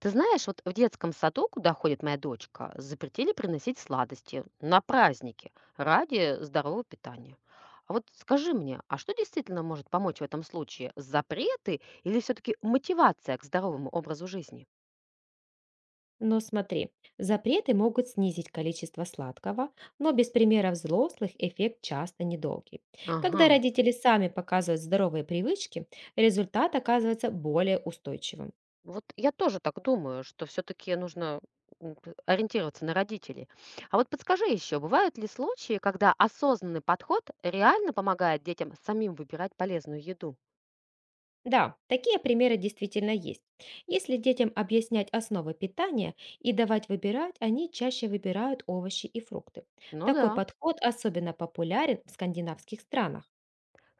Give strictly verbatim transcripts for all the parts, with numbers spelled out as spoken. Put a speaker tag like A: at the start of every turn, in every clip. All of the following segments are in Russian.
A: Ты знаешь, вот в детском саду, куда ходит моя дочка, запретили приносить сладости на праздники ради здорового питания. А вот скажи мне, а что действительно может помочь в этом случае? Запреты или все-таки мотивация к здоровому образу жизни?
B: Но смотри, запреты могут снизить количество сладкого, но без примеров взрослых эффект часто недолгий.
A: Ага.
B: Когда родители сами показывают здоровые привычки, результат оказывается более устойчивым.
A: Вот я тоже так думаю, что все-таки нужно м, п- ориентироваться на родителей. А вот подскажи еще, бывают ли случаи, когда осознанный подход реально помогает детям самим выбирать полезную еду?
B: Да, такие примеры действительно есть. Если детям объяснять основы питания и давать выбирать, они чаще выбирают овощи и фрукты.
A: Ну
B: Такой
A: да.
B: подход особенно популярен в скандинавских странах.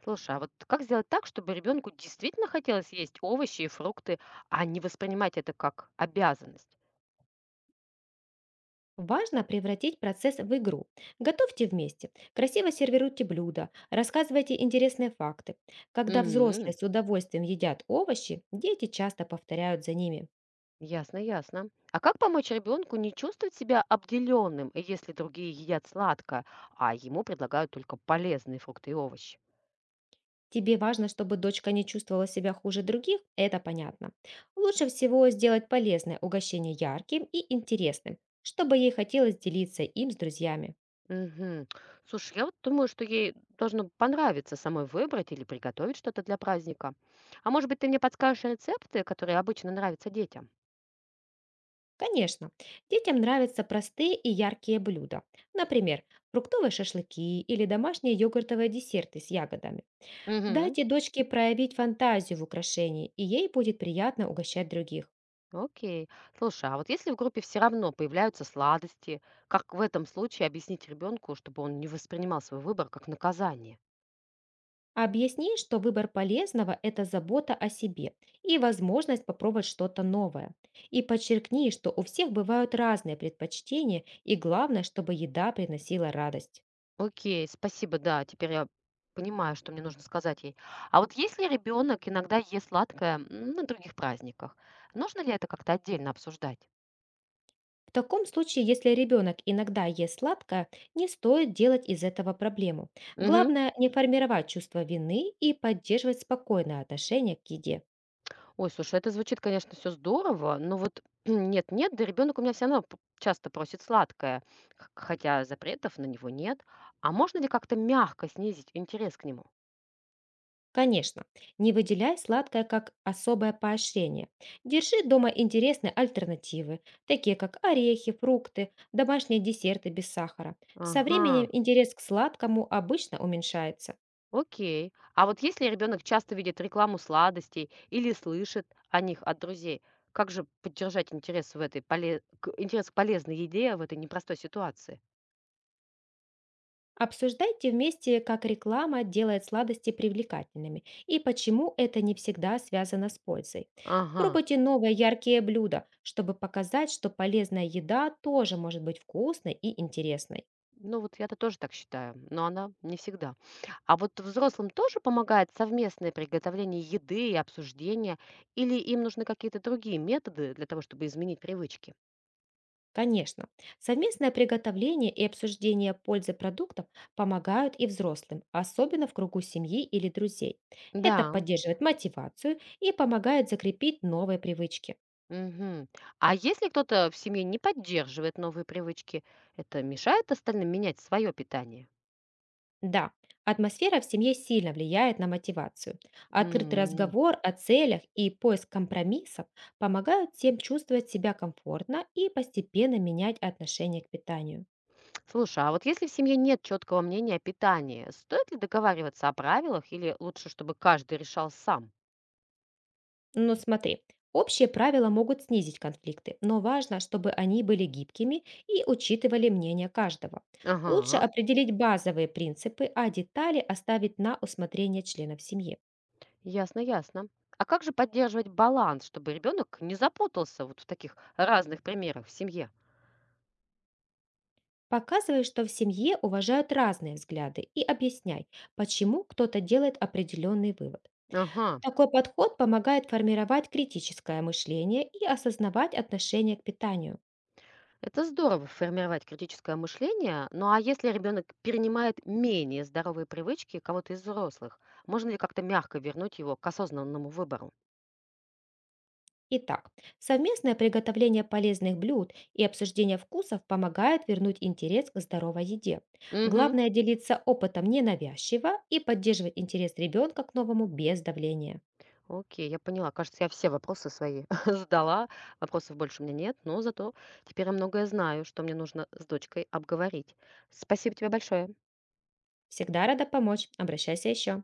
A: Слушай, а вот как сделать так, чтобы ребенку действительно хотелось есть овощи и фрукты, а не воспринимать это как обязанность?
B: Важно превратить процесс в игру. Готовьте вместе, красиво сервируйте блюда, рассказывайте интересные факты. Когда
A: М,
B: взрослые с удовольствием едят овощи, дети часто повторяют за ними.
A: Ясно, ясно. А как помочь ребенку не чувствовать себя обделенным, если другие едят сладкое, а ему предлагают только полезные фрукты и овощи?
B: Тебе важно, чтобы дочка не чувствовала себя хуже других, это понятно. Лучше всего сделать полезное угощение ярким и интересным, чтобы ей хотелось делиться им с друзьями.
A: Мгм. Слушай, я вот думаю, что ей должно понравиться самой выбрать или приготовить что-то для праздника. А может быть, ты мне подскажешь рецепты, которые обычно нравятся детям?
B: Конечно, детям нравятся простые и яркие блюда. Например, фруктовые шашлыки или домашние йогуртовые десерты с ягодами.
A: Мгм.
B: Дайте дочке проявить фантазию в украшении, и ей будет приятно угощать других.
A: Окей. Слушай, а вот если в группе все равно появляются сладости, как в этом случае объяснить ребенку, чтобы он не воспринимал свой выбор как наказание?
B: Объясни, что выбор полезного– это забота о себе и возможность попробовать что-то новое. И подчеркни, что у всех бывают разные предпочтения, и главное, чтобы еда приносила радость.
A: Окей, спасибо, да, теперь я понимаю, что мне нужно сказать ей. А вот если ребенок иногда ест сладкое м, на других праздниках, нужно ли это как-то отдельно обсуждать?
B: В таком случае, если ребенок иногда ест сладкое, не стоит делать из этого проблему.
A: Мгм.
B: Главное не формировать чувство вины и поддерживать спокойное отношение к еде.
A: Ой, слушай, это звучит, конечно, все здорово, но вот нет-нет, да ребенок у меня все равно п часто просит сладкое, х хотя запретов на него нет. А можно ли как-то мягко снизить интерес к нему?
B: Конечно, не выделяй сладкое как особое поощрение. Держи дома интересные альтернативы, такие как орехи, фрукты, домашние десерты без сахара. Со
A: Ага,
B: временем интерес к сладкому обычно уменьшается.
A: окей. А вот если ребенок часто видит рекламу сладостей или слышит о них от друзей, как же поддержать интерес в этой поле к интерес к полезной еде в этой непростой ситуации?
B: Обсуждайте вместе, как реклама делает сладости привлекательными и почему это не всегда связано с пользой.
A: Ага.
B: Пробуйте новые яркие блюда, чтобы показать, что полезная еда тоже может быть вкусной и интересной.
A: Ну, вот я-то тоже так считаю, но она не всегда. А вот взрослым тоже помогает совместное приготовление еды и обсуждение, или им нужны какие-то другие методы для того, чтобы изменить привычки?
B: Конечно, совместное приготовление и обсуждение пользы продуктов помогают и взрослым, особенно в кругу семьи или друзей. Это
A: Да.
B: поддерживает мотивацию и помогает закрепить новые привычки.
A: Мгм. А если кто-то в семье не поддерживает новые привычки, это мешает остальным менять свое питание?
B: Да, атмосфера в семье сильно влияет на мотивацию. Открытый
A: М,
B: разговор о целях и поиск компромиссов помогают всем чувствовать себя комфортно и постепенно менять отношение к питанию.
A: Слушай, а вот если в семье нет четкого мнения о питании, стоит ли договариваться о правилах или лучше, чтобы каждый решал сам?
B: Но смотри, общие правила могут снизить конфликты, но важно, чтобы они были гибкими и учитывали мнение каждого. Лучше
A: Ага.
B: определить базовые принципы, а детали оставить на усмотрение членов семьи.
A: Ясно, ясно. А как же поддерживать баланс, чтобы ребенок не запутался вот в таких разных примерах в семье?
B: Показывай, что в семье уважают разные взгляды и объясняй, почему кто-то делает определенный вывод.
A: Ага,
B: Такой подход помогает формировать критическое мышление и осознавать отношение к питанию.
A: это здорово формировать критическое мышление. Ну а если ребенок перенимает менее здоровые привычки кого-то из взрослых, можно ли как-то мягко вернуть его к осознанному выбору?
B: Итак, совместное приготовление полезных блюд и обсуждение вкусов помогает вернуть интерес к здоровой еде.
A: Угу.
B: Главное делиться опытом ненавязчиво и поддерживать интерес ребенка к новому без давления.
A: Окей, я поняла. Кажется, я все вопросы свои задала. Вопросов больше у меня нет, но зато теперь я многое знаю, что мне нужно с дочкой обговорить. Спасибо тебе большое.
B: Всегда рада помочь. Обращайся еще.